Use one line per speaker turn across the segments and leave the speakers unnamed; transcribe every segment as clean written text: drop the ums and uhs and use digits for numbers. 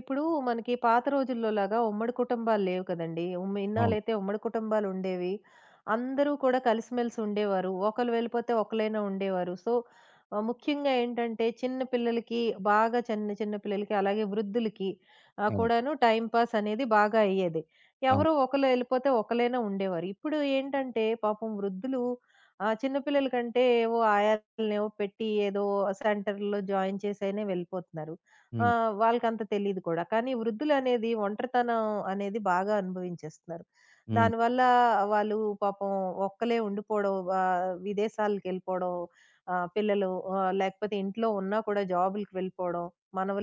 ఇప్పుడు మనకి పాత రోజుల్లో లాగా ఉమ్మడి కుటుంబాలు లేవు కదండీ.
అవును.
ఇన్నాళ్ళైతే ఉమ్మడి కుటుంబాలు ఉండేవి. అందరూ కూడా కలిసిమెలిసి ఉండేవారు. ఒకళ్ళు వెళ్ళిపోతే ఒకళ్ళైనా ఉండేవారు. సో, ముఖ్యంగా ఏంటంటే చిన్న పిల్లలకి బాగా చిన్న చిన్న పిల్లలకి అలాగే వృద్ధులకి
అవును.
కూడాను టైమ్ పాస్ అనేది బాగా అయ్యేది. ఎవరో
అవును.
ఒకళ్ళు వెళ్ళిపోతే ఒకళ్ళైనా ఉండేవారు. ఇప్పుడు ఏంటంటే పాపం వృద్ధులు చిన్న పిల్లల కంటే ఏవో ఆయాలనేవో పెట్టి ఏదో సెంటర్‌లో జాయిన్ చేసైనా వెళ్ళిపోతున్నారు. ఆ!
హ్మ్.
వాళ్ళకంత తెలీదు కూడా. కానీ వృద్ధులనేది ఒంటరితనం అనేది బాగా అనుభవించేస్తున్నారు.
హ్మ్.
దానివల్ల వాళ్ళు పాపం ఒక్కలే ఉండిపోవడం, విదేశాలకెళ్ళిపోవడం, పిల్లలు లేకపోతే ఇంట్లో ఉన్నా కూడా జాబులకి వెళ్ళిపోవడం,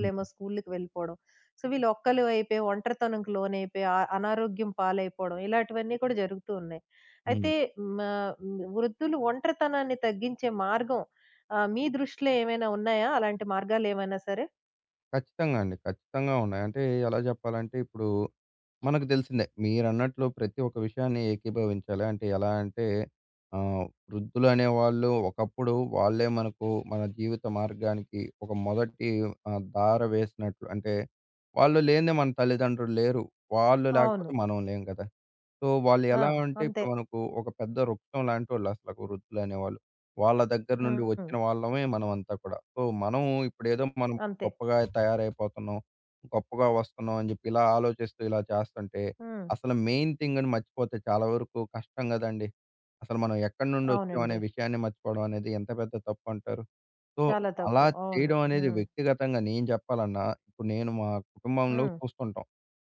హ్మ్.
స్కూలుకి వెళ్ళిపోవడం. సో, వీళ్ళు ఒక్కలు అయిపోయి, ఒంటరితనంకి లోనైపోయి, అనారోగ్యం పాలైపోవడం ఇలాంటివన్నీ కూడా జరుగుతూ ఉన్నాయి. అయితే
హ్మ్.
మా వృద్ధులు ఒంటరితనాన్ని తగ్గించే మార్గం మీ దృష్టిలో ఏమైనా ఉన్నాయా? అలాంటి మార్గాలేమైనా సరే?
ఖచ్చితంగా అండి. ఖచ్చితంగా ఉన్నాయి. అంటే ఎలా చెప్పాలంటే ఇప్పుడు మనకు తెలిసిందే. మీరన్నట్లు ప్రతి ఒక్క విషయాన్ని ఏకీభవించాలి. అంటే ఎలా అంటే ఆహ్, వృద్ధులు అనేవాళ్ళు ఒకప్పుడు వాళ్ళే మనకు మన జీవిత మార్గానికి ఒక మొదటి దార వేసినట్లు. అంటే వాళ్ళు లేనిదే మన తల్లిదండ్రులు లేరు. వాళ్ళు
అవును.
లేకపోతే మనం లేం కదా! సో, వాళ్ళు
ఆ!
ఎలా అంటే
అంతే.
ఇప్పుడు మనకు ఒక పెద్ద వృక్షం లాంటోళ్ళు అసలకు వృద్ధులనేవాళ్ళు. వాళ్ళ దగ్గర నుండి
హ్మ్.
వచ్చిన వాళ్ళమే మనమంతా కూడా. సో, మనం ఇప్పుడేదో మనం
అంతే.
గొప్పగా తయారైపోతున్నాం, గొప్పగా వస్తున్నాం అని జెప్పి ఇలా ఆలోచిస్తూ ఇలా చేస్తుంటే,
హ్మ్.
అసలు మెయిన్ థింగ్‌ని మర్చిపోతే చాలా వరకు కష్టం గదండీ. అసలు మనం ఎక్కడి నుండి వచ్చాం అనే
అవునండి.
విషయాన్ని మర్చిపోవడం అనేది ఎంత పెద్ద తప్పంటారు? సో,
చాలా
అలా
తప్పు. అవును.
చేయడం అనేది
హ్మ్.
వ్యక్తిగతంగా నేను జెప్పాలన్నా ఇప్పుడు నేను మా కుటుంబంలో
హ్మ్.
చూస్తుంటాం.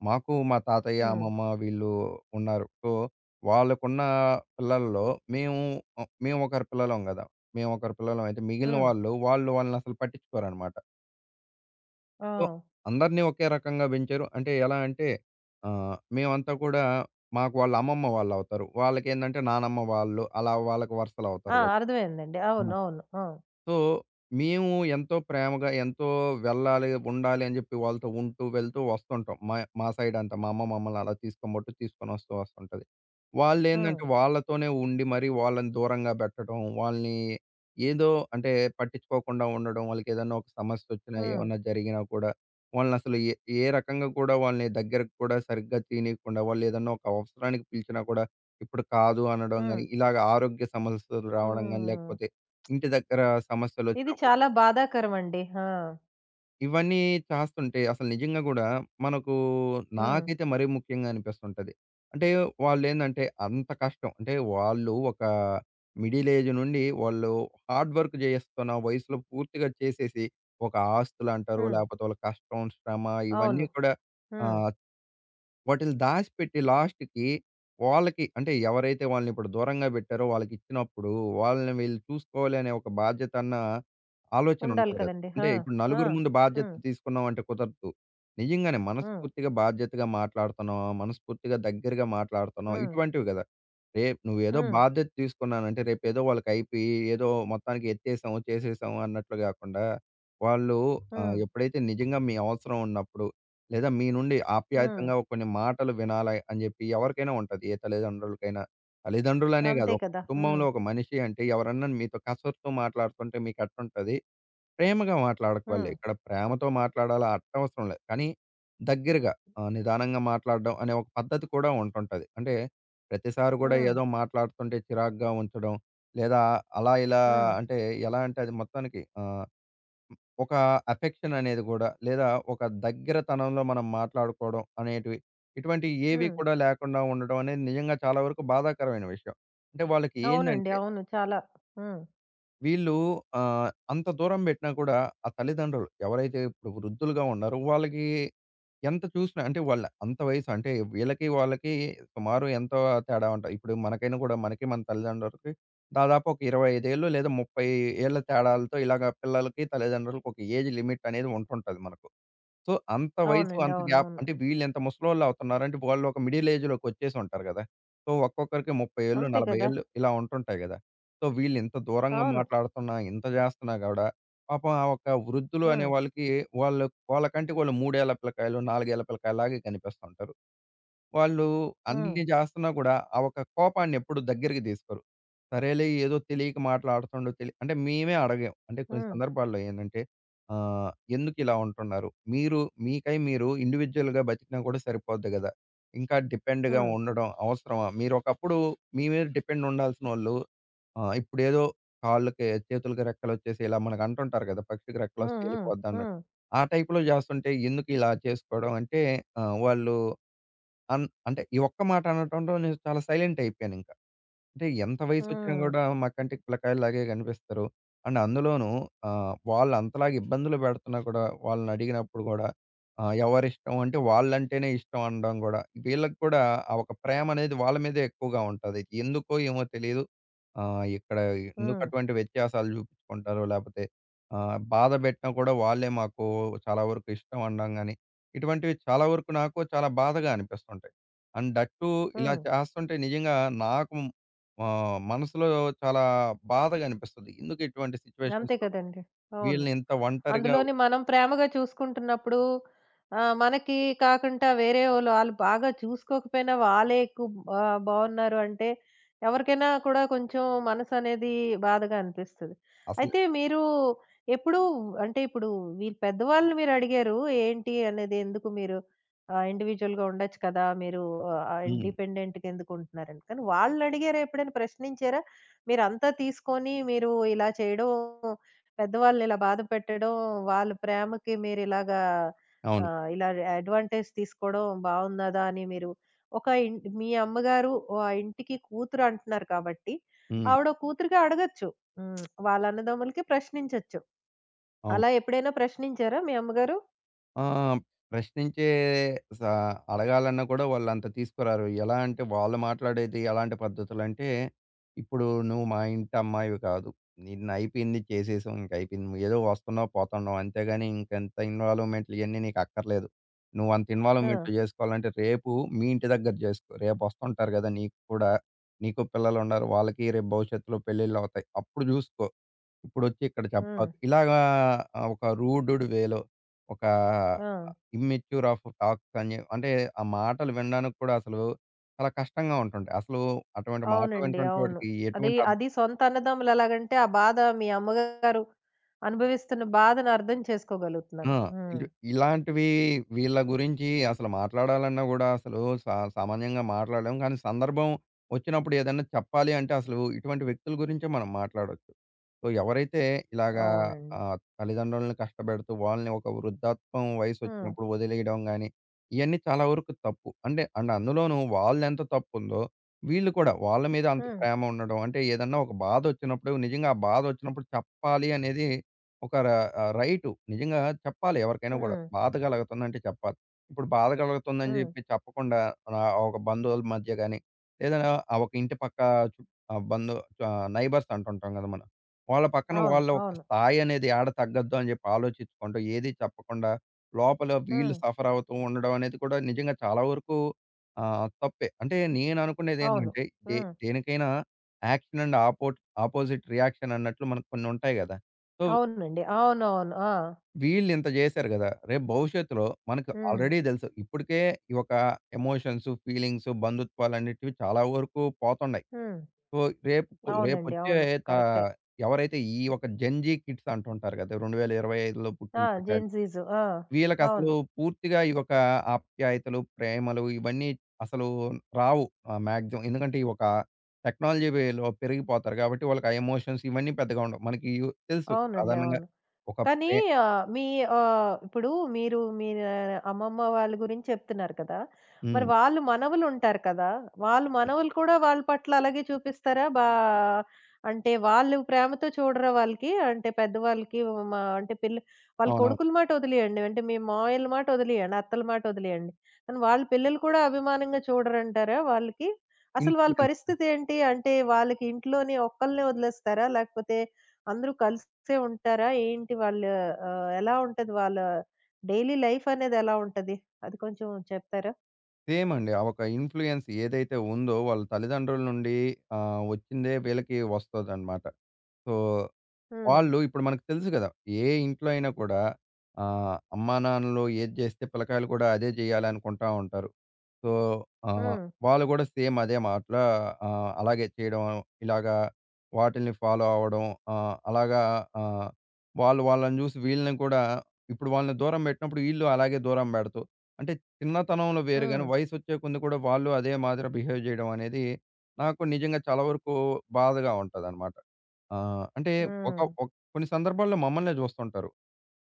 మాకు మా తాతయ్య,
హ్మ్.
అమ్మమ్మ వీళ్ళు ఉన్నారు. సో, వాళ్ళకున్న పిల్లల్లో మేము మేము ఒకరి పిల్లలం గదా! మేము ఒకరి పిల్లలం అయితే మిగిలిన
హ్మ్.
వాళ్ళు వాళ్ళనసలు పట్టించుకోరనమాట.
ఆ!
సో, అందరినీ ఒకే రకంగా పెంచారు. అంటే ఎలా అంటే మేమంతా కూడా మాకు వాళ్ళ అమ్మమ్మ వాళ్ళవుతారు. వాళ్ళకేందంటే నానమ్మ వాళ్ళు, అలా వాళ్ళకి
ఆ!
వరసలవుతారు గదా!
అర్థమైందండి. అవును. అవును. ఆ!
సో, మేము ఎంతో ప్రేమగా, ఎంతో వెళ్ళాలి, ఉండాలి అని జెప్పి వాళ్ళతో ఉంటూ, వెళ్తూ వస్తుంటాం. మా మా సైడ్ అంతా. మా అమ్మ మమ్మల్ని అలా తీసుకొమ్మట్టు తీసుకొని వస్తూ వస్తుంటది.
హ్మ్.
వాళ్ళేందంటే వాళ్ళతోనే ఉండి మరి వాళ్ళని దూరంగా బెట్టడం, వాళ్ళని ఏదో అంటే పట్టించుకోకుండా ఉండడం, వాళ్ళకేదన్నా ఒక సమస్యొచ్చినా,
హ్మ్.
ఏమన్నా జరిగినా కూడా వాళ్ళనసలు ఏ ఏ రకంగా కూడా వాళ్ళని దగ్గరకు కూడా సరిగ్గా తీయనీయకుండా, వాళ్ళేదన్నా ఒక అవసరానికి పిలిచినా కూడా ఇప్పుడు కాదు అనడం
హ్మ్.
గాని, ఇలాగ ఆరోగ్య సమస్యలు రావడం గాని,
హ్మ్.
లేకపోతే ఇంటి దగ్గర
ఇది
సమస్యలొచ్చినప్పుడు.
చాలా బాధాకరమండి. ఆ!
ఇవన్నీ చేస్తుంటే అసలు నిజంగా గూడా మనకు
హ్మ్.
నాకైతే మరీ ముఖ్యంగా అనిపిస్తుంటది. అంటే వాళ్ళేందంటే అంత కష్టం అంటే వాళ్ళు ఒక మిడిల్ ఏజ్ నుండి వాళ్ళు హార్డ్ వర్క్ జేస్తున్న వయసులో పూర్తిగా చేసేసి ఒక ఆస్తులంటారు,
హ్మ్.
లేపోతే వాళ్ళ కష్టం, శ్రమ
అవును.
ఇవన్నీ కూడా
హ్మ్.
ఆహ్, వాటిల్ని దాసిపెట్టి లాస్ట్‌కి వాళ్ళకి అంటే ఎవరైతే వాళ్ళని ఇప్పుడు దూరంగా పెట్టారో వాళ్ళకిచ్చినప్పుడు, వాళ్ళని వీళ్ళు చూసుకోవాలి అనే ఒక బాధ్యత అన్న ఆలోచన
ఉండాలి
ఉండాలి కదా!
కదండీ.
అంటే
ఆ!
ఇప్పుడు
ఆ!
నలుగురు ముందు బాధ్యత
హ్మ్.
తీసుకున్నాం అంటే కుదరదు. నిజంగానే
హ్మ్.
మనస్ఫూర్తిగా బాధ్యతగా మాట్లాడుతున్నామా, మనస్ఫూర్తిగా దగ్గరగా మాట్లాడుతున్నామా
హ్మ్.
ఇటువంటివి కదా! రేపు నువ్వేదో
హ్మ్.
బాధ్యత తీసుకున్నానంటే రేపేదో వాళ్ళకైపోయి ఏదో మొత్తానికి ఎత్తేసాము, చేసేసాము అన్నట్లు కాకుండా వాళ్ళు
హ్మ్.
ఎప్పుడైతే నిజంగా మీ అవసరం ఉన్నప్పుడు లేదా మీ నుండి
హ్మ్.
ఆప్యాయతంగా కొన్ని మాటలు వినాలి అని చెప్పి ఎవరికైనా ఉంటది. ఏ తల్లిదండ్రులకైనా. తల్లిదండ్రులనే కాదు.
అంతే
ఒక
కదా! హ్మ్.
కుటుంబంలో ఒక మనిషి అంటే ఎవరన్నా మీతో కసురుతూ మాట్లాడుతుంటే మీకు ఎట్టుంటది? ప్రేమగా మాట్లాడకవల్లే.
హ్మ్.
ఇక్కడ ప్రేమతో మాట్లాడాలా అట్టవసరం లేదు. కానీ దగ్గరగా నిదానంగా మాట్లాడడం అనే ఒక పద్ధతి కూడా ఉంటుంటది. అంటే ప్రతిసారి కూడా
హ్మ్.
ఏదో మాట్లాడుతుంటే చిరాకుగా ఉంచడం. లేదా అలా ఇలా
హ్మ్.
అంటే ఎలా అంటే అది మొత్తానికి ఒక అఫెక్షన్ అనేది గూడా, లేదా ఒక దగ్గరతనంలో మనం మాట్లాడుకోవడం అనేటివి, ఇటువంటివి ఏవి
హ్మ్.
కూడా లేకుండా ఉండడం అనేది నిజంగా చాలా వరకు బాధాకరమైన విషయం. అంటే వాళ్ళకి
అవునండి.
ఏందంటే
అవును. చాలా. హ్మ్.
వీళ్ళు అంత దూరం బెట్టినా కూడా ఆ తల్లిదండ్రులు ఎవరైతే ఇప్పుడు వృద్ధులుగా ఉన్నారో వాళ్ళకి ఎంత చూసినా అంటే వాళ్ళ అంత వయసు అంటే వీళ్ళకి, వాళ్ళకి సుమారు ఎంతో తేడా ఉంటది. ఇప్పుడు మనకైనా కూడా మనకి మన తల్లిదండ్రులకి దాదాపు ఒక 25 ఏళ్ళు లేదా 30 ఏళ్ల తేడాలతో ఇలాగ పిల్లలకి, తల్లిదండ్రులకి ఒక ఏజ్ లిమిట్ అనేది ఉంటుంటది మనకు. సో, అంత వయసు
అవునండి.
అంత గ్యాప్
అవునవును.
అంటే వీళ్ళింత ముసలోళ్ళవుతున్నారంటే, వాళ్ళు ఒక మిడిల్ ఏజ్‌లోకొచ్చేసి ఉంటారు గదా! సో, ఒక్కొక్కరికి 30 ఏళ్ళు,
అంతే
40
కదా!
ఏళ్ళు ఇలా ఉంటుంటాయి గదా! సో, వీళ్ళింత దూరంగా
అవును.
మాట్లాడుతున్నా, ఇంత జేస్తున్నా గూడా పాపం ఆ ఒక వృద్ధులు అనే
హ్మ్.
వాళ్ళకి వాళ్ళు వాళ్ళకంటే వాళ్ళు 3 ఏళ్ల పిల్లకాయలు, 4 ఏళ్ల పిల్లకాయల్లాగే కనిపిస్తుంటారు. వాళ్ళు
హ్మ్.
అన్నీ చేస్తున్నా కూడా, ఆ ఒక కోపాన్ని ఎప్పుడు దగ్గరికి తీసుకోరు. సరేలే ఏదో తెలియక మాట్లాడుతుండు తెలి అంటే మేమే అడగాం. అంటే కొన్ని
హ్మ్.
సందర్భాల్లో ఏందంటే ఆహ్, ఎందుకిలా ఉంటున్నారు? మీరు మీకై మీరు ఇండివిడ్యుయల్‌గా బతికినా కూడా సరిపోద్ది గదా! ఇంకా డిపెండ్‌గా
హ్మ్.
ఉండడం అవసరమా? మీరొకప్పుడు మీ మీద డిపెండ్ ఉండాల్సినోళ్ళు ఇప్పుడేదో కాళ్ళకి చేతులకి రెక్కలొచ్చేసి ఇలా మనకు అంటుంటారు గదా! పక్షికి
హ్మ్.
రెక్కలొస్తే
హ్మ్.
ఎళ్ళిపోద్దన్నట్టు.
హ్మ్.
ఆ టైప్‌లో జేస్తుంటే ఎందుకిలా చేసుకోవడం అంటే వాళ్ళు అంటే ఈ ఒక్క మాట అనటంతో నేను చాలా సైలెంట్ అయిపోయానింక. అంటే ఎంత వయసొచ్చినా
హ్మ్.
గూడా మా కంటికి పిల్లకాయల్లాగే గనిపిస్తారు. అండ్ అందులోనూ వాళ్ళంతలాగా ఇబ్బందులు పెడుతున్నా కూడా వాళ్ళనడిగినప్పుడు గూడా ఎవరిష్టం అంటే వాళ్ళంటేనే ఇష్టం అనడం గూడా, వీళ్ళకి కూడా ఆ ఒక ప్రేమనేది వాళ్ళ మీదే ఎక్కువగా ఉంటది. ఎందుకో ఏమో తెలీదు. ఇక్కడ
హ్మ్.
ఎందుకటువంటి వ్యత్యాసాలు జూపిచ్చుకుంటారో లేపోతే బాధ బెట్టినా కూడా వాళ్ళే మాకు చాలా వరకు ఇష్టం అనడం గానీ, ఇటువంటివి చాలా వరకు నాకు చాలా బాధగా అనిపిస్తుంటాయి. అండ్ దట్ టూ ఇలా
హ్మ్.
చేస్తుంటే నిజంగా నాకు మనసులో చాలా బాధగా అనిపిస్తది. ఎందుకు ఇటువంటి
అంతే
సిట్యుయేషన్స్‌లో
కదండీ! అవును.
వీళ్ళని ఇంత ఒంటరిగా
అందులోని మనం ప్రేమగా చూసుకుంటున్నప్పుడు మనకి కాకుండా వేరే వోళ్ళు ఆళ్ళు బాగా చూసుకోకపోయినా వాళ్ళే ఎక్కువ బావున్నారు అంటే ఎవరికైనా కూడా కొంచెం మనసనేది బాధగా అనిపిస్తది.
అసలు.
అయితే మీరు ఎప్పుడూ అంటే ఇప్పుడు మీరు పెద్దవాళ్ళని మీరడిగారు ఏంటి అనేది ఎందుకు మీరు ఇండివిడ్యుయల్‌గా ఉండొచ్చు కదా! మీరు
హ్మ్.
ఇండిపెండెంట్‌గా ఎందుకు ఉంటున్నారని. కానీ వాళ్ళనడిగారా ఎప్పుడైనా ప్రశ్నించారా? మీరంతా తీసుకొని మీరు ఇలా చేయడం పెద్దవాళ్ళు ఇలా బాధ పెట్టడం, వాళ్ళ ప్రేమకి మీరిలాగా
అవును.
ఇలా అడ్వాంటేజ్ తీసుకోవడం బావున్నదా అని మీరు ఒక ఇన్ మీ అమ్మగారు ఓ ఆ ఇంటికి కూతురు అంటున్నారు కాబట్టి,
హ్మ్.
ఆవిడ కూతురుగా అడగొచ్చు. హ్మ్. వాళ్ళ అన్నదమ్ములకి ప్రశ్నించొచ్చు.
అవును.
అలా ఎప్పుడైనా ప్రశ్నించారా మీ అమ్మగారు?
ఆ! ప్రశ్నించే సా అడగాలన్నా కూడా వాళ్ళంత తీసుకురారు. ఎలా అంటే వాళ్ళు మాట్లాడేది ఎలాంటి పద్ధతులంటే, ఇప్పుడు నువ్వు మా ఇంటి అమ్మాయివి కాదు. నిన్ను అయిపోయింది చేసేసాం. ఇంక అయిపోయింది. నువ్వు ఏదో వస్తున్నావు, పోతున్నావు. అంతేగాని ఇంకంత ఇన్వాల్వ్‌మెంట్లు ఇయన్నీ నీకు అక్కర్లేదు. నువ్వంత
ఆ!
ఇన్వాల్వ్‌మెంట్లు చేసుకోవాలంటే రేపు మీ ఇంటి దగ్గర చేసుకో. రేపు వస్తుంటారు కదా! నీకు కూడా. నీకు పిల్లలున్నారు. వాళ్ళకి రేపు భవిష్యత్తులో పెళ్ళిళ్ళవుతాయి. అప్పుడు జూసుకో. ఇప్పుడొచ్చి ఇక్కడ
హ్మ్.
చెప్పాకు. ఇలాగా ఒక రూడ్‌డ్ వేలో ఒక
ఆ!
ఇమ్మెచ్యూర్ ఆఫ్ టాక్స్ అని అంటే ఆ మాటలు వినడానికి కూడా అసలు చాలా కష్టంగా ఉంటుంటాయి. అసలు అటువంటి మాటలు
అవునండి.
వింటుంటే
అవును.
వాటికి
అది,
ఎటువంటి
అది సొంత అన్నదమ్ములు ఎలాగంటే, ఆ బాధ మీ అమ్మగారు అనుభవిస్తున్న బాధను అర్థం
ఆ!
చేసుకోగలుగుతున్నాను. హ్మ్.
ఇటు ఇలాంటివి వీళ్ళ గురించి అసలు మాట్లాడాలన్నా గూడా అసలు సామాన్యంగా మాట్లాడలేం. కానీ సందర్భం వచ్చినప్పుడు ఏదన్నా చెప్పాలి అంటే అసలు ఇటువంటి వ్యక్తుల గురించే మనం మాట్లాడొచ్చు. సో, ఎవరైతే ఇలాగా
అవునండి.
తల్లిదండ్రులను కష్టపెడుతూ వాళ్ళని ఒక వృద్ధాప్యం
హ్మ్.
వయసొచ్చినప్పుడు వదిలేయడం గానీ, ఇయన్నీ చాలా వరకు తప్పు. అంటే అండ్ అందులోనూ వాళ్ళదెంత తప్పుందో, వీళ్ళు కూడా వాళ్ళ మీద అంత
హ్మ్.
ప్రేమ ఉండడం, అంటే ఏదన్నా ఒక బాధొచ్చినప్పుడు నిజంగా ఆ బాధొచ్చినప్పుడు చెప్పాలి అనేది ఒక రైటు. నిజంగా చెప్పాలి ఎవరికైనా గూడా.
హ్మ్.
బాధ కలుగుతుందంటే చెప్పాలి. ఇప్పుడు బాధ కలుగుతుందని
హ్మ్.
జెప్పి చెప్పకుండా ఒక బంధువుల మధ్య గాని, లేదా ఆ ఒక ఇంటి పక్క చు ఆహ్, బంధు ఆహ్, నైబర్స్ అంటుంటాం గదా మనం. వాళ్ళ పక్కన
అవును.
వాళ్ళ ఒక
అవును.
స్థాయి అనేది ఏడ తగ్గద్దు అని జెప్పి ఆలోచించుకుంటూ, ఏది చెప్పకుండా లోపల వీళ్ళు
హ్మ్.
సఫర్ అవుతూ ఉండడం అనేది కూడా నిజంగా చాలా వరకు తప్పే. అంటే నేను
అవును.
అనుకునేదేంటంటే
హ్మ్.
దేనికైనా యాక్షన్ అండ్ ఆపోజిట్ రియాక్షన్ అన్నట్లు మనకు కొన్ని ఉంటాయి గదా! సో,
అవునండి. అవునవును. ఆ!
వీళ్ళింత జేశారు గదా! రేపు భవిష్యత్తులో మనకు
హ్మ్.
ఆల్రెడీ దెలుసు. ఇప్పటికే ఈ యొక్క ఎమోషన్స్, ఫీలింగ్స్, బంధుత్వాలన్నిటివి చాలా వరకు పోతున్నాయి.
హ్మ్.
సో, రేపు
అవునండి.
రేపొచ్చే
అవును.
తా
కరెక్టే.
ఎవరైతే ఈ ఒక జెన్‌జీ కిడ్స్ అంటుంటారు గదా! 2025లో పుట్టిన
ఆ!
పిల్లకాయలు.
జెన్‌జీస్. ఆ!
వీళ్ళకసలు
అవును.
పూర్తిగా ఈ యొక్క ఆప్యాయతలు, ప్రేమలు ఇవన్నీ అసలు రావు మాక్సిమం. ఎందుకంటే, ఈ ఒక టెక్నాలజీ వేలో పెరిగిపోతారు గాబట్టి, వాళ్ళకి ఆ ఎమోషన్స్ ఇవన్నీ పెద్దగా ఉండవు. మనకి తెలుసు
అవునండి.
సాధారణంగా
అవును.
ఒక
కానీ మీ ఇప్పుడు మీరు మీ ఆ, అమ్మమ్మ వాళ్ళ గురించి చెప్తున్నారు కదా! మరి
హ్మ్.
వాళ్ళు మనవలుంటారు కదా! వాళ్ళు
హ్మ్.
మనవలు కూడా వాళ్ళ పట్ల అలాగే చూపిస్తారా? అంటే వాళ్ళు ప్రేమతో చూడరా వాళ్ళకి? అంటే పెద్దవాళ్ళకి మా అంటే పిల్ల వాళ్ళ
అవునవును.
కొడుకుల మాట వదిలేయండి. అంటే మీ మావయ్యల మాట వదిలేయండి. అత్తల మాట వదిలేయండి. కానీ వాళ్ళ పిల్లలు కూడా అభిమానంగా చూడరంటారా వాళ్ళకి? అసలు వాళ్ళ
ఇన్‌ఫ్లూయెన్స్.
పరిస్థితి ఏంటి? అంటే వాళ్ళకి ఇంట్లోని ఒక్కళ్ళనే వదిలేస్తారా? లేకపోతే అందరూ కలిసే ఉంటారా? ఏంటి వాళ్ళ ఎలా ఉంటది వాళ్ళ డైలీ లైఫ్ అనేది ఎలా ఉంటది? అది కొంచెం చెప్తారా?
సేమండి. ఆ ఒక ఇన్‌ఫ్లూయెన్స్ ఏదైతే ఉందో వాళ్ళ తల్లిదండ్రుల నుండి వచ్చిందే వీళ్ళకి వస్తదనమాట. సో,
హ్మ్.
వాళ్ళు ఇప్పుడు మనకు తెలుసు కదా! ఏ ఇంట్లో అయినా కూడా అమ్మానాన్నలు ఏది జేస్తే పిల్లకాయలు కూడా అదే జేయాలనుకుంటా ఉంటారు. సో, ఆహ్,
హ్మ్.
వాళ్ళు గూడా సేమ్ అదే మాటల అలాగే చేయడం ఇలాగా వాటిల్ని ఫాలో అవ్వడం. అలాగా ఆహ్, వాళ్ళు వాళ్ళని జూసి వీళ్ళని కూడా ఇప్పుడు వాళ్ళని దూరం బెట్టినప్పుడు ఈళ్ళు అలాగే దూరం బెడుతూ అంటే చిన్నతనంలో వేరు
హ్మ్.
గాని వయసొచ్చే కొంది కూడా వాళ్ళు అదే మాదిరి బిహేవ్ జేయడం అనేది నాకు నిజంగా చాలా వరకు బాధగా ఉంటదనమాట. అంటే ఒక
హ్మ్.
కొన్ని సందర్భాల్లో మమ్మల్నే జూస్తుంటారు.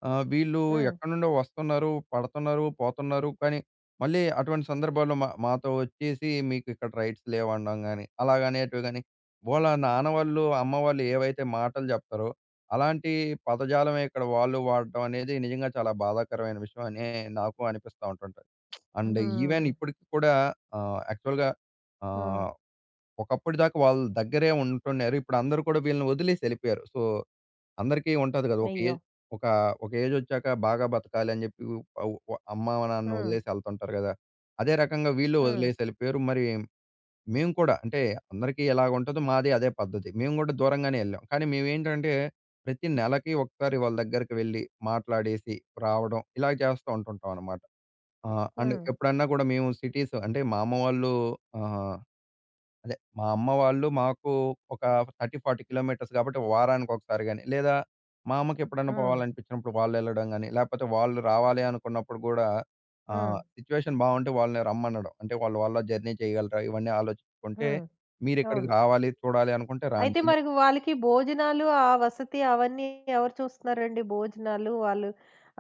వీళ్ళు
హ్మ్.
ఎక్కడ్నుండో వస్తున్నారు, పడుతున్నారు, పోతున్నారు. కానీ, మళ్ళీ అటువంటి సందర్భాల్లో మాతో వచ్చేసి మీకిక్కడ రైట్స్ లేవనడం గాని, అలాగనేటివి గాని, వాళ్ళ నాన్న వాళ్ళు, అమ్మ వాళ్ళు ఏవైతే మాటలు జెప్తారో, అలాంటి పదజాలమే ఇక్కడ వాళ్ళు వాడడం అనేది నిజంగా చాలా బాధాకరమైన విషయం అనే నాకు అనిపిస్తా ఉంటుంటది. అండ్ ఈవెన్
హ్మ్.
ఇప్పటికి కూడా యాక్చువల్‌గా
హ్మ్.
ఆహ్, ఒకప్పటిదాకా వాళ్ళ దగ్గరే ఉంటున్నారు. ఇప్పుడు అందరూ కూడా వీళ్ళని వదిలేసెళ్ళిపోయారు. సో, అందరికీ ఉంటది గదా! ఒక
అయ్యో!
ఏజ్ ఒక ఒక ఏజొచ్చాక బాగా బతకాలి అని జెప్పి అవ్ వ అమ్మ, నాన్న
హ్మ్.
వదిలేసి ఎళ్తుంటారు గదా! అదే రకంగా వీళ్ళు
హ్మ్.
వదిలేసి ఎళ్ళిపోయారు. మరి మేము కూడా అంటే అందరికీ ఎలాగుంటదో మాది అదే పద్ధతి. మేము గూడా దూరంగానే ఎళ్ళాం. కానీ మేమేంటంటే ప్రతి నెలకి ఒకసారి వాళ్ళ దగ్గరికి వెళ్ళి మాట్లాడేసి రావడం ఇలా చేస్తూ ఉంటుంటాం అన్నమాట. ఆ! అండ్
హ్మ్.
ఎప్పుడన్నా గూడా మేము సిటీస్ అంటే మా అమ్మ వాళ్ళు ఆహ్ అదే. మా అమ్మ వాళ్ళు మాకు ఒక 30, 40 కిలోమీటర్స్ కాబట్టి వారానికొకసారి గాని, లేదా మా అమ్మకెప్పుడన్నా
హ్మ్.
పోవాలనిపించినప్పుడు వాళ్ళెళ్ళడం గాని, లేపోతే వాళ్ళు రావాలి అనుకున్నప్పుడు గూడా
హ్మ్.
సిట్యుయేషన్ బావుంటే వాళ్ళని రమ్మనడం. అంటే వాళ్ళు వాళ్ళ వల్ల జర్నీ చేయగలరా? ఇవన్నీ ఆలోచించుకుంటే,
హ్మ్.
మీరిక్కడికి
అవును.
రావాలి, చూడాలి అనుకుంటే
అయితే
రాండి.
మరి వాళ్ళకి భోజనాలు, ఆ వసతి అవన్నీ ఎవరు చూస్తున్నారండి? భోజనాలు వాళ్ళు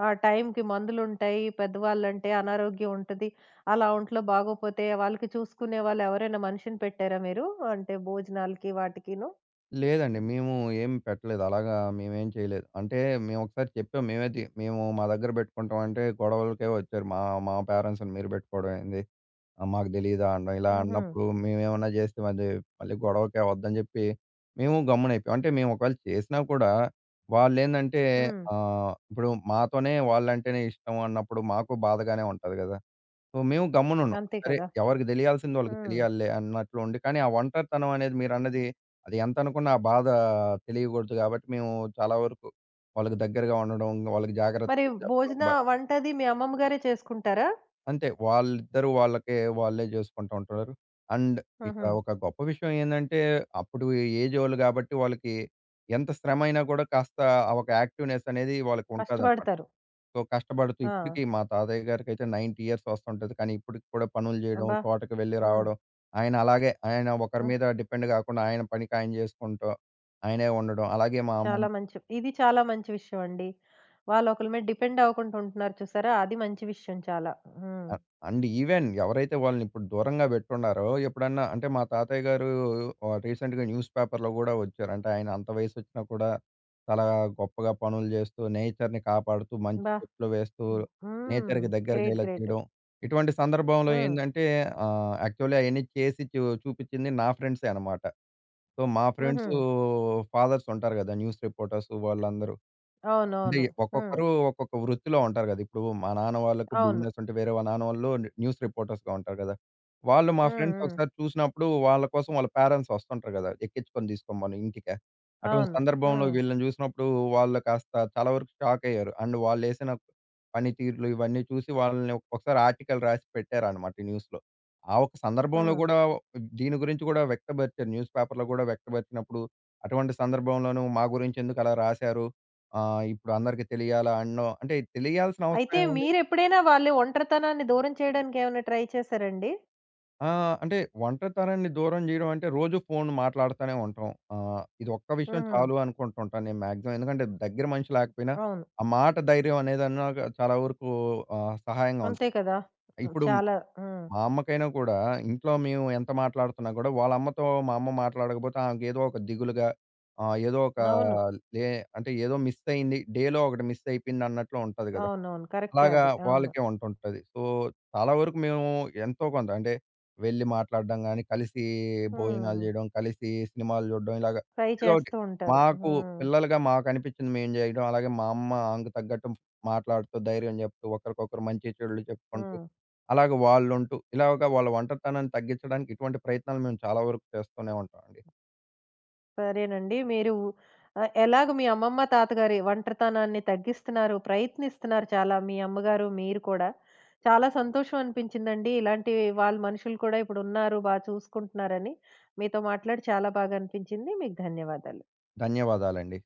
ఆ టైంకి మందులుంటాయి. పెద్దవాళ్ళంటే అనారోగ్యం ఉంటది. అలా ఒంట్లో బాగోపోతే వాళ్ళకి చూసుకునే వాళ్ళు ఎవరైనా మనిషిని పెట్టారా మీరు? అంటే భోజనాలకి వాటికిను?
లేదండి. మేము ఏం పెట్టలేదు. అలాగా మేమేం చేయలేదు. అంటే మేమొకసారి చెప్పాం. మేమే మేము మా దగ్గర బెట్టుకుంటాం అంటే గొడవలకే వచ్చారు. మా మా పేరెంట్స్‌ని మీరు బెట్టుకోవడం ఏంది? ఆ! మాకు తెలీదా అనడం. ఇలా
హుహు.
అన్నప్పుడు మేమేమన్నా జేస్తే మళ్ళీ, మళ్ళీ గొడవకి అవద్దని జెప్పి మేము గమ్మునయిపోయాం. అంటే మేము ఒకవేళ చేసినా కూడా వాళ్ళేందంటే
హ్మ్.
ఇప్పుడు మాతోనే వాళ్ళంటేనే ఇష్టం అన్నప్పుడు మాకు బాధగానే ఉంటది గదా! సో, మేము గమ్మునున్నాం.
అంతే
సరే
కదా!
ఎవరికి దెలియాల్సింది వాళ్ళకి
హ్మ్.
తెలియాలిలే అన్నట్లు ఉండి, కానీ ఆ ఒంటరితనం అనేది మీరన్నది అది ఎంతనుకున్నా ఆ బాధ తెలియగూడదు గాబట్టి మేము చాలా వరకు వాళ్ళకి దగ్గరగా ఉండడం, వాళ్ళకి
మరి
జాగ్రత్తలు చెప్పడం
భోజన వంటది మీ అమ్మమ్మ గారే చేసుకుంటారా?
అంతే. వాళ్ళిద్దరూ వాళ్ళకే వాళ్ళే జేసుకుంటూ ఉంటున్నారు. అండ్
హుహు.
ఇక్కడ ఒక గొప్ప విషయం ఏందంటే, అప్పుడు ఏజోళ్ళు గాబట్టి వాళ్ళకి ఎంత శ్రమైనా గూడా కాస్త ఆ ఒక యాక్టివ్‌నెస్ అనేది వాళ్ళకి ఉంటాదనమాట.
కష్టపడతారు.
సో, కష్టపడుతూ
ఆ!
ఇప్పటికి మా తాతయ్య గారికైతే 90 ఇయర్స్ వస్తుంటది. కానీ ఇప్పటికి కూడా పనులు జేయడం,
అబ్బా!
తోటకి వెళ్లి
హ్మ్.
రావడం, ఆయన అలాగే ఆయన ఒకరి
హ్మ్.
మీద డిపెండ్ గాకుండా ఆయన పనికి ఆయన జేసుకుంటూ, ఆయనే ఉండడం. అలాగే మా అమ్మమ్మ
చాలా మంచి ఇది చాలా మంచి విషయం అండి. వాళ్ళొకళ్ళ మీద డిపెండ్ అవ్వకుండా ఉంటున్నారు చూసారా! అది మంచి విషయం చాలా. హ్మ్.
అ అండ్ ఈవెన్ ఎవరైతే వాళ్ళనిప్పుడు దూరంగా పెట్టున్నారో, ఎప్పుడన్నా అంటే మా తాతయ్య గారు రీసెంట్‌గా న్యూస్ పేపర్‌లో గూడా వచ్చారు. అంటే ఆయన అంత వయసొచ్చినా కూడా చాలా గొప్పగా పనులు జేస్తూ, నేచర్‌ని కాపాడుతూ, మంచి
అబ్బా!
చెట్లు వేస్తూ,
హ్మ్.
నేచర్‌కి దగ్గరగా
గ్రేట్.
ఇలా
గ్రేట్.
చేయడం. ఇటువంటి సందర్భంలో
హ్మ్.
ఏందంటే యాక్చువల్లీ అయన్నీ చేసి చూపిచ్చింది నా ఫ్రెండ్సే అనమాట. సో, మా
హుహు.
ఫ్రెండ్సు ఫాదర్స్ ఉంటారు గదా! న్యూస్ రిపోర్టర్స్ వాళ్ళందరూ. అంటే
అవునవును. హ్మ్.
ఒక్కొక్కరు ఒక్కొక్క వృత్తిలో ఉంటారు కదా! ఇప్పుడు మా నాన్న వాళ్ళకు
అవును.
బిజినెస్ ఉంటే వేరే మా నాన్న వాళ్ళు న్యూస్ రిపోర్టర్స్‌గా ఉంటారు కదా! వాళ్ళు మా
హ్మ్.
ఫ్రెండ్స్
హ్మ్.
ఒకసారి చూసినప్పుడు వాళ్ళ కోసం వాళ్ళ పేరెంట్స్ వస్తుంటారు కదా! ఎక్కించుకొని తీసుకోమని ఇంటికి. అటువంటి
అవును.
సందర్భంలో
హ్మ్.
వీళ్ళని చూసినప్పుడు వాళ్ళు కాస్త చాలా వరకు షాక్ అయ్యారు. అండ్ వాళ్ళేసిన పనితీరులు ఇవన్నీ చూసి వాళ్ళని ఒకసారి ఆర్టికల్ రాసి పెట్టారన్నమాట ఈ న్యూస్‌లో. ఆ ఒక్క సందర్భంలో
హ్మ్.
కూడా దీని గురించి కూడా వ్యక్తపరిచారు. న్యూస్ పేపర్‌లో కూడా వ్యక్తపరిచినప్పుడు అటువంటి సందర్భంలోనూ మా గురించి ఎందుకు అలా రాశారు? ఆ! ఇప్పుడు అందరికి తెలియాలా అనో అంటే తెలియాల్సిన అవసరం
అయితే
ఏముంది?
మీరెప్పుడైనా వాళ్ళ ఒంటరితనాన్ని దూరం చేయడానికి ఏమైనా ట్రై చేసారండి?
ఆ! అంటే ఒంటరితనాన్ని దూరం జేయడం అంటే రోజు ఫోన్ మాట్లాడుతానే ఉంటాం. ఇది ఒక్క విషయం
హుహు.
చాలు అనుకుంటుంటాను నేను మాక్సిమం. ఎందుకంటే దగ్గర మనిషి లేకపోయినా
అవును.
ఆ మాట ధైర్యం అనేదన్నా గా చాలా వరకు సహాయంగా
అంతే
ఉంటది.
కదా!
ఇప్పుడు
చాలా హ్మ్.
మా అమ్మకైనా కూడా ఇంట్లో మేము ఎంత మాట్లాడుతున్నా కూడా వాళ్ళ అమ్మతో మా అమ్మ మాట్లాడకపోతే ఆమెకేదో ఒక దిగులుగా ఏదో ఒక
అవును.
లే అంటే ఏదో మిస్ అయింది. డేలో ఒకటి మిస్ అయిపోయింది అన్నట్లు ఉంటది గదా!
అవునవును. కరెక్టే
అలాగా
అది. అవును.
వాళ్ళకే ఉంటుంటది. సో, చాలా వరకు మేము ఎంతో కొంత అంటే వెళ్లి మాట్లాడడం గాని, కలిసి భోజనాలు
హ్మ్.
జేయడం, కలిసి సినిమాలు జూడడం ఇలాగ
ట్రై
ఏదో ఒకటి.
చేస్తూ ఉంటారు.
మాకు
హ్మ్.
పిల్లలుగా మాకనిపించింది మేము జేయడం. అలాగే మా అమ్మ ఆమెకు తగ్గట్టు మాట్లాడుతూ, ధైర్యం జెప్తూ, ఒకరికొకరు మంచి చెడులు చెప్పుకుంటూ,
హ్మ్.
అలాగే వాళ్ళుంటూ ఇలాగ వాళ్ళ ఒంటరితనాన్ని తగ్గించడానికి ఇటువంటి ప్రయత్నాలు మేము చాలా వరకు చేస్తూనే ఉంటామండి.
సరేనండి. మీరు ఎలాగ మీ అమ్మమ్మ, తాతగారి ఒంటరితనాన్ని తగ్గిస్తున్నారు, ప్రయత్నిస్తున్నారు చాలా మీ అమ్మగారు, మీరు కూడా. చాలా సంతోషం అనిపించిందండి. ఇలాంటి వాళ్ళు మనుషులు కూడా ఇప్పుడున్నారు, బా చూసుకుంటున్నారని. మీతో మాట్లాడి చాలా బాగా అనిపించింది. మీకు ధన్యవాదాలు.
ధన్యవాదాలండి.